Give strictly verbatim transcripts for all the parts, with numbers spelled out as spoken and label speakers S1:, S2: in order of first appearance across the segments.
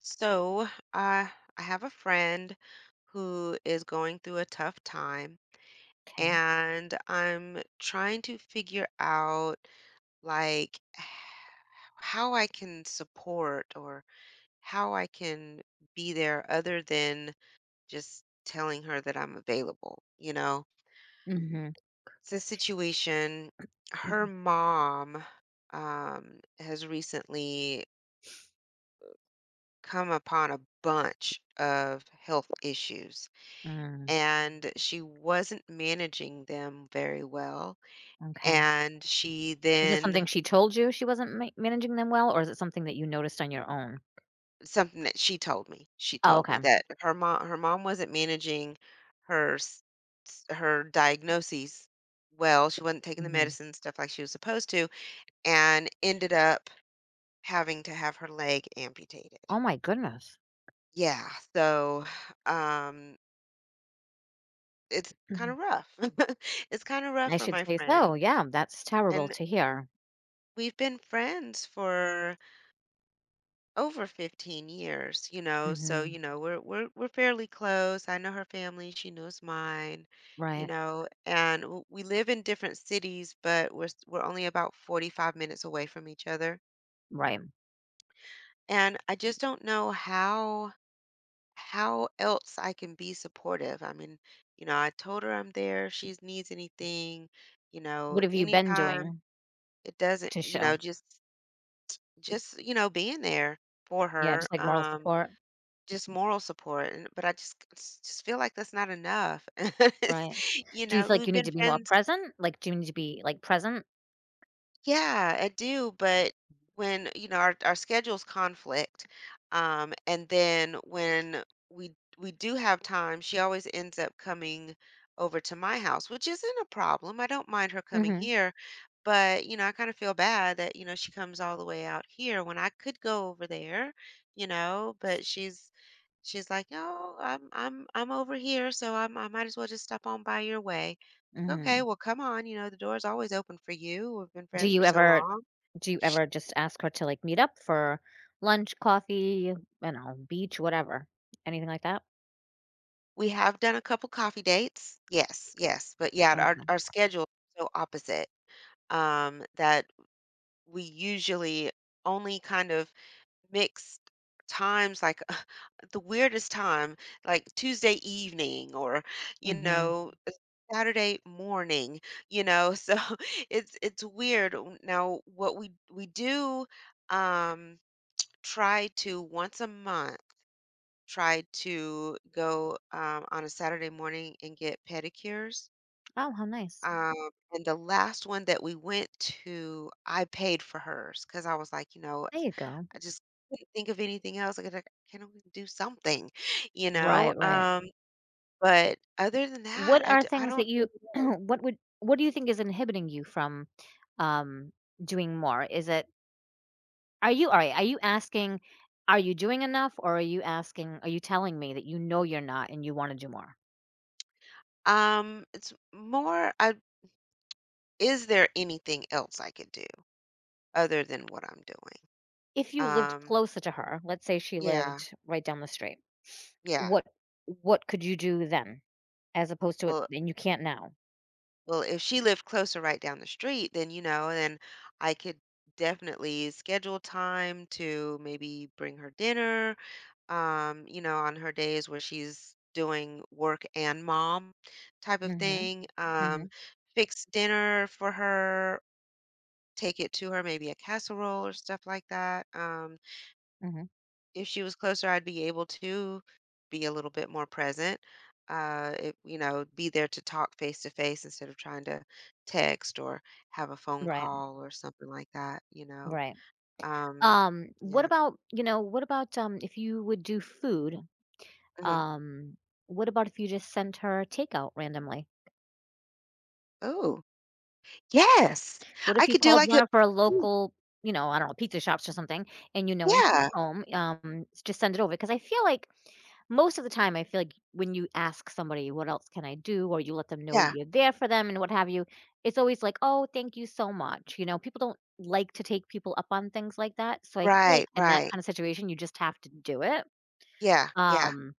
S1: So, I I have a friend who is going through a tough time,
S2: Okay.
S1: and I'm trying to figure out like h- how I can support or how I can be there other than just telling her that I'm available. You know,
S2: Mhm.
S1: it's a situation. Her mom um, has recently come upon a bunch of health issues
S2: Mm,
S1: and she wasn't managing them very well.
S2: okay.
S1: And she
S2: Is this
S1: then
S2: something she told you she wasn't ma managing them well, or is it something that you noticed on your own?
S1: something that she told me. She
S2: Oh,
S1: told
S2: okay.
S1: me that her mom her mom wasn't managing her s- s- her diagnoses well. She wasn't taking the
S2: Mhm.
S1: medicine and stuff like she was supposed to, and ended up having to have her leg
S2: Oh
S1: amputated.
S2: my goodness.
S1: Yeah, so um, it's kind
S2: Mhm.
S1: of rough. It's kind of rough
S2: I
S1: for
S2: should
S1: my
S2: say
S1: friend,
S2: so, yeah, that's terrible
S1: and
S2: to hear.
S1: we've been friends for over fifteen years, you know. So,
S2: Mhm.
S1: you know, we're we're we're fairly close. I know her family, she knows mine, you
S2: Right.
S1: know, and w- we live in different cities, but we're s- we're only about forty-five minutes away from each other.
S2: Right.
S1: And I just don't know how how else I can be supportive. I mean, you know, I told her I'm there, if she needs anything, you know,
S2: What have you been
S1: anytime.
S2: doing
S1: It doesn't,
S2: to
S1: you
S2: show?
S1: know, just just, you know, being there for
S2: Yeah,
S1: her.
S2: just, like, moral
S1: Um.
S2: support,
S1: Just moral support, and but I just c s just feel like that's not enough. It's-
S2: right?
S1: You
S2: Do you
S1: know,
S2: feel like you
S1: we've
S2: need
S1: been
S2: to be more
S1: friends
S2: present? Like, do you need to be, like, present?
S1: yeah, I do, but when, you know, our our schedules conflict, um, and then when we we do have time, she always ends up coming over to my house, which isn't a problem. I don't mind her coming
S2: Mhm.
S1: here, but you know, I kind of feel bad that, you know, she comes all the way out here when I could go over there, you know, but she's she's like, "No, I'm I'm I'm over here, so I'm, I might as well just stop on by your way." Like, okay,
S2: Mhm.
S1: well, come on, you know, the door's always open for you. We've been
S2: Do
S1: friends
S2: you
S1: for so
S2: ever
S1: long.
S2: Do you ever just ask her to like meet up for lunch, coffee, you know, beach, whatever? Anything like that?
S1: We have done a couple coffee dates. Yes, yes. But yeah, our
S2: Okay.
S1: our schedule is so opposite um that we usually only kind of mix times like the weirdest time like Tuesday evening or you
S2: Mm-hmm.
S1: know uh, Saturday morning, you know. So it's it's weird. W- Now what we we do um try to once a month tried to go, um, on a Saturday morning and get pedicures,
S2: Oh, how nice.
S1: um, mhm, and the last one that we went to, I paid for hers because I was like, you know,
S2: There you go.
S1: I just couldn't think of anything else. Like, I gotta, "Can we do something?" You know?
S2: Right, right.
S1: Um, but other than that,
S2: What
S1: I
S2: are
S1: d I
S2: things that
S1: don't
S2: you what would what do you think is inhibiting you from um doing more? Is it are you all right, are you asking are you doing enough or are you asking are you telling me that you know you're not and you want to do more?
S1: um, it's more I is there anything else I could do other than what I'm doing?
S2: If you lived
S1: Um,
S2: closer to her, let's say she
S1: yeah,
S2: lived right down the street,
S1: yeah.
S2: what what could you do then? As opposed to it
S1: Well
S2: and you can't now.
S1: Well, if she lived closer right down the street, then, you know, then I could definitely schedule time to maybe bring her dinner, um, you know, on her days where she's doing work and mom type of
S2: Mhm,
S1: thing. Um,
S2: mhm,
S1: fix dinner for her, take it to her, maybe a casserole or stuff like that. Um,
S2: mhm.
S1: if she was closer, I'd be able to be a little bit more present. Uh, it, you know, be there to talk face to face instead of trying to text or have a phone
S2: Right,
S1: call or something like that. You know,
S2: right.
S1: um,
S2: Um, what
S1: yeah.
S2: about, you know, what about, um, if you would do food,
S1: hmm
S2: um, what about if you just sent her takeout randomly?
S1: Oh, yes,
S2: What
S1: I
S2: if you
S1: could do
S2: called
S1: like
S2: one
S1: a.
S2: of our
S1: Mm,
S2: local, you know, I don't know, pizza shops or something, and you know when she's
S1: yeah,
S2: home, um, s just send it over? Because I feel like most of the time, I feel like when you ask somebody, "What else can I do?" or you let them know
S1: yeah,
S2: you're there for them and what have you, it's always like, "Oh, thank you so much." You know, people don't like to take people up on things like that, so I feel like
S1: right,
S2: in that
S1: right,
S2: kinda situation, you just have to do it,
S1: yeah, yeah.
S2: um,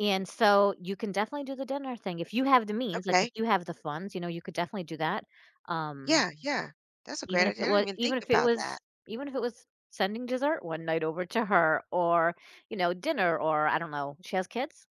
S2: and so you can definitely do the dinner thing if you have the means, like, if
S1: Okay,
S2: you have the funds, you know, you could definitely do that, um
S1: yeah, yeah. That's a
S2: even
S1: great
S2: if
S1: idea.
S2: it
S1: I
S2: was
S1: didn't even
S2: even
S1: think
S2: if it
S1: about that.
S2: was even if it was sending dessert one night over to her or, you know, dinner or I don't know. She has kids?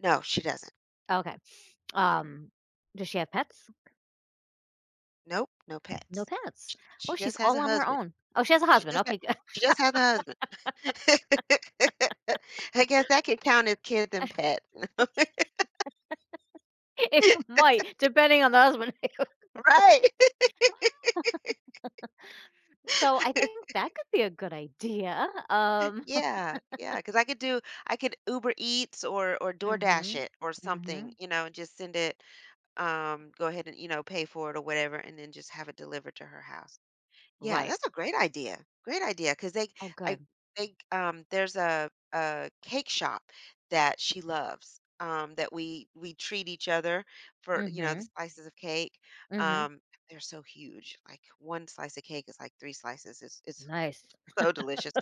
S1: No, she doesn't.
S2: Okay. Um, does she have pets?
S1: Nope, no
S2: No
S1: pets.
S2: pets. Oh,
S1: She
S2: she's
S1: just has a
S2: all on her
S1: husband.
S2: own. Oh, she has a
S1: She
S2: husband.
S1: just ha-
S2: Okay, good.
S1: she just has a husband. I guess that could count as kids and pets.
S2: It might, depending on the husband.
S1: Right.
S2: So I think that could be a good idea. Um
S1: Yeah, yeah. Because I could do I could Uber Eats or or DoorDash
S2: Mhm.
S1: it or something,
S2: Mhm.
S1: you know, and just send it, um, go ahead and, you know, pay for it or whatever, and then just have it delivered to her house. Yeah,
S2: Right.
S1: that's a great idea. Great idea, cause they
S2: Oh,
S1: I
S2: good.
S1: think, um, there's a a cake shop that she loves, um, that we we treat each other for, you know, the
S2: Mhm.
S1: slices of cake.
S2: Mhm.
S1: Um, they're so huge, like, one slice of cake is like three slices. It's it's
S2: Nice.
S1: so delicious.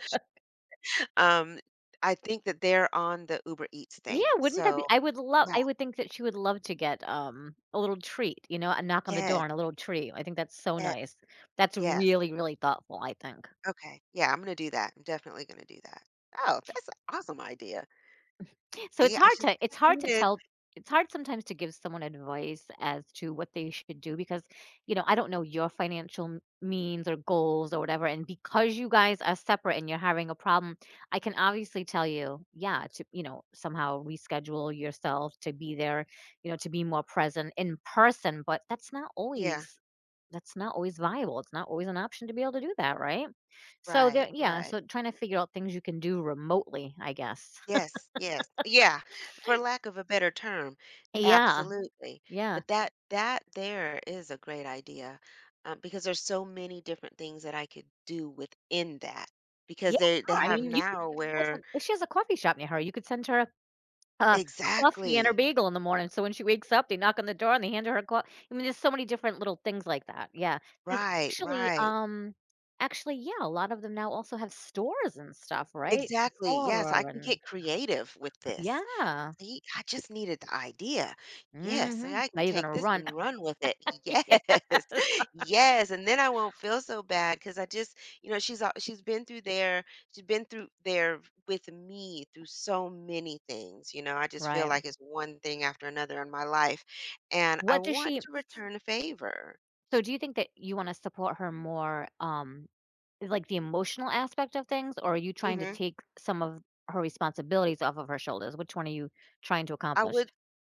S1: Um, I think that they're on the Uber Eats thing,
S2: Yeah, wouldn't that be
S1: so
S2: I would love
S1: yeah.
S2: I would think that she would love to get, um, a little treat, you know, a knock on the door
S1: Yes,
S2: and a little treat. I think that's so
S1: yes,
S2: nice. That's
S1: yes.
S2: really, really thoughtful, I think.
S1: Okay. Yeah, I'm gonna do that. I'm definitely gonna do that. Oh, that's an awesome idea.
S2: So it's
S1: See, I
S2: hard
S1: just
S2: to
S1: I
S2: it's
S1: just
S2: hard to
S1: needed
S2: tell it's hard sometimes to give someone advice as to what they should do because, you know, I don't know your financial m- means or goals or whatever. And because you guys are separate and you're having a problem, I can obviously tell you, yeah, to, you know, somehow reschedule yourself to be there, you know, to be more present in person. But that's not
S1: yeah.
S2: always that's not always viable. It's not always an option to be able to do that, right? So there,
S1: Right,
S2: yeah.
S1: right.
S2: So trying to figure out things you can do remotely, I guess.
S1: Yes, yes. Yeah, for lack of a better term,
S2: Yeah,
S1: absolutely.
S2: yeah.
S1: But that that there is a great idea, um, because there's so many different things that I could do within that. Because
S2: Yeah,
S1: they they
S2: no, I
S1: have
S2: mean, you could
S1: now
S2: if she has
S1: where
S2: a if she has a coffee shop near her, you could send her a a coffee and her
S1: exactly.
S2: bagel in the morning, so when she wakes up, they knock on the door and they hand her a co I mean, there's so many different little things like that, yeah. There's
S1: Right,
S2: actually,
S1: right.
S2: um actually, yeah, a lot of them now also have stores and stuff, right?
S1: Exactly. Yes, I
S2: Sephora
S1: can
S2: and
S1: get creative with this.
S2: yeah.
S1: See, I just needed the idea. Yes, and
S2: Mhm.
S1: I
S2: Now
S1: can
S2: you're
S1: take
S2: gonna
S1: this
S2: run.
S1: and run with it.
S2: Yes.
S1: Yes, yes, and then I won't feel so bad because I just, you know, she's al- she's been through there. She's been through there with me through so many things. You know, I just feel
S2: Right.
S1: like it's one thing after another in my life, and I
S2: What does
S1: want
S2: she
S1: to return a favor.
S2: so do you think that you wanna support her more, um is Like, the emotional aspect of things, or are you trying to
S1: Mm-hmm.
S2: take some of her responsibilities off of her shoulders? Which one are you trying to
S1: I
S2: accomplish?
S1: would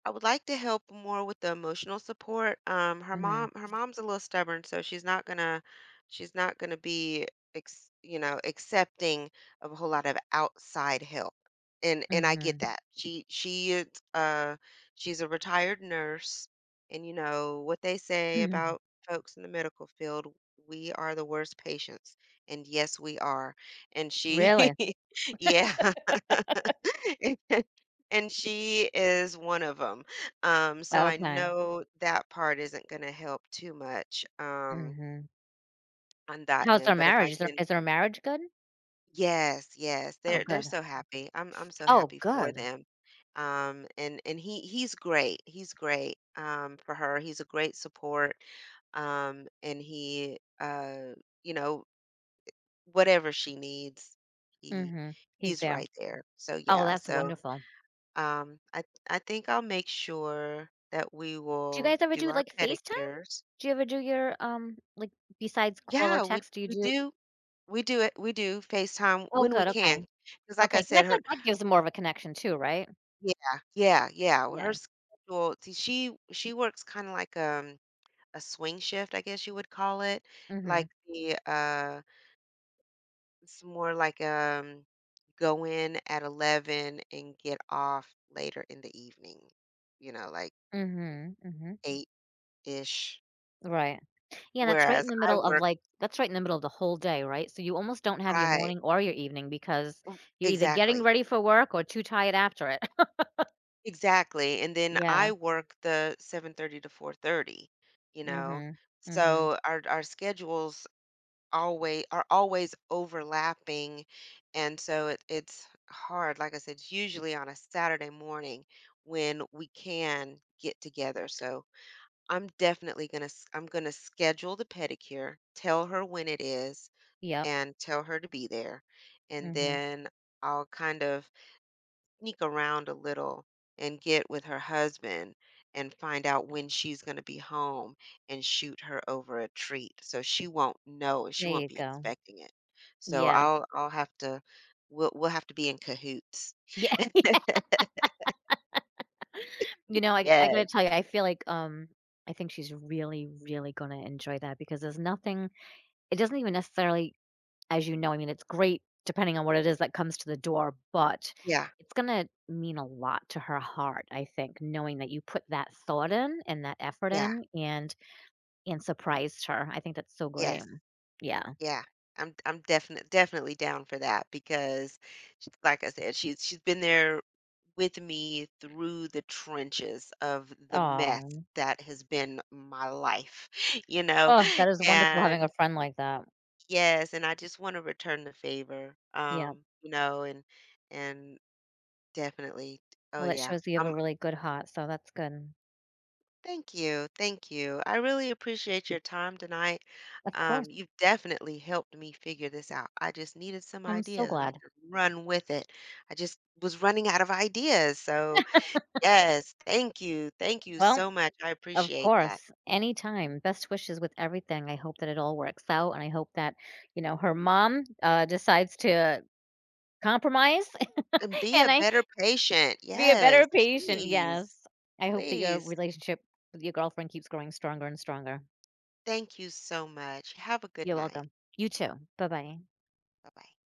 S1: I would like to help more with the emotional support. Um, her
S2: Mhm,
S1: mom her mom's a little stubborn, so she's not gonna she's not gonna be ex, you know accepting of a whole lot of outside help. And and
S2: mhm,
S1: I get
S2: mhm.
S1: that. She she is uh she's a retired nurse, and you know what they say about folks in the medical field. We are the worst patients, and yes, we are. And she,
S2: Really?
S1: yeah, and she is one of 'em. Um, so I
S2: Okay,
S1: know that part isn't gonna help too much, um,
S2: mhm.
S1: on that
S2: How's their
S1: end, but if
S2: marriage?
S1: I
S2: Is their
S1: can
S2: is their marriage good?
S1: yes, yes,
S2: Oh,
S1: they're they're
S2: good.
S1: so happy. I'm I'm so
S2: Oh,
S1: happy for
S2: good.
S1: them. Um, and and he he's great. He's great, um, for her. He's a great support, um, and he, uh, you know, whatever she needs, he
S2: Mhm. He's
S1: he's
S2: there.
S1: right there. So,
S2: Oh,
S1: yeah,
S2: that's
S1: so
S2: wonderful.
S1: Um, I I think I'll make sure that we
S2: Do you
S1: will
S2: guys ever
S1: do
S2: do,
S1: our
S2: like, FaceTime?
S1: pedicures.
S2: Do you ever do your, um, like, besides call or
S1: Yeah, we
S2: text, do you
S1: we
S2: do
S1: do we do it we do FaceTime
S2: Oh,
S1: when we
S2: good, okay.
S1: can, because like I
S2: Okay, because I
S1: said,
S2: feel
S1: her
S2: like that gives more of a connection too, right?
S1: yeah, yeah, yeah. Well, her
S2: Yeah.
S1: schedule, see, she she works kind of like um a swing shift, I guess you would call it.
S2: Mhm,
S1: Like the uh it's more like um go in at eleven and get off later in the evening. You know, like
S2: mhm, mhm.
S1: eight-ish.
S2: Right. Yeah, that's right in
S1: Whereas
S2: the
S1: I
S2: middle of,
S1: work
S2: like that's right in the middle of the whole day, right? So you almost don't have your
S1: right.
S2: morning or your evening because you're either getting
S1: Exactly.
S2: ready for work or too tired after it.
S1: Exactly, and then
S2: Yeah.
S1: I work the seven thirty to four thirty, you know?
S2: Mhm. Mhm.
S1: So our our schedules always are always overlapping, and so it it's hard. Like I said, it's usually on a Saturday morning when we can get together. So I'm definitely gonna s I'm gonna schedule the pedicure, tell her when it is,
S2: Yep.
S1: and tell her to be there, and
S2: Mhm.
S1: then I'll kind of sneak around a little and get with her husband and find out when she's going to be home and shoot her over a treat so she won't know and she
S2: There
S1: won't
S2: you
S1: be
S2: go.
S1: expecting it. So
S2: Yes.
S1: I'll I'll have to we'll we'll have to be in cahoots.
S2: Yeah. You know, I I
S1: Yes.
S2: gotta tell you, I feel like, um, I think she's really, really gonna enjoy that because there's nothing it doesn't even necessarily As you know, I mean, it's great depending on what it is that comes to the door, but
S1: Yeah.
S2: it's gonna mean a lot to her heart, I think, knowing that you put that thought in and that effort
S1: Yeah.
S2: in and and surprised her. I think that's so great.
S1: Yes.
S2: Yeah.
S1: Yeah, I'm I'm definitely definitely down for that because, sh- like I said, she's she's been there with me through the trenches of the mess
S2: Oh.
S1: that has been my life, you know.
S2: Oh, that is wonderful having a
S1: And
S2: friend like that.
S1: yes, and I just want to return the favor,
S2: Yeah.
S1: um, you know, and and definitely, oh
S2: Well, that
S1: yeah,
S2: shows you have a really good heart, so that's good.
S1: thank you. Thank you. I really appreciate your time tonight.
S2: Of course.
S1: Um, you've definitely helped me figure this out. I just needed some
S2: I'm so
S1: ideas and I
S2: glad.
S1: could run with it. I just was running out of ideas. So, yes, thank you. Thank you
S2: Well,
S1: so much. I
S2: of
S1: appreciate that.
S2: course, anytime. Best wishes with everything. I hope that it all works out, and I hope that, you know, her mom, uh, decides to Compromise,
S1: And be
S2: and
S1: a
S2: I
S1: better patient.
S2: be a better
S1: Yes,
S2: patient,
S1: please.
S2: yes. I hope that your
S1: Please.
S2: relationship with your girlfriend keeps growing stronger and stronger.
S1: Thank you so much. Have a good
S2: You're
S1: night.
S2: welcome. You too. Bye-bye.
S1: Bye bye.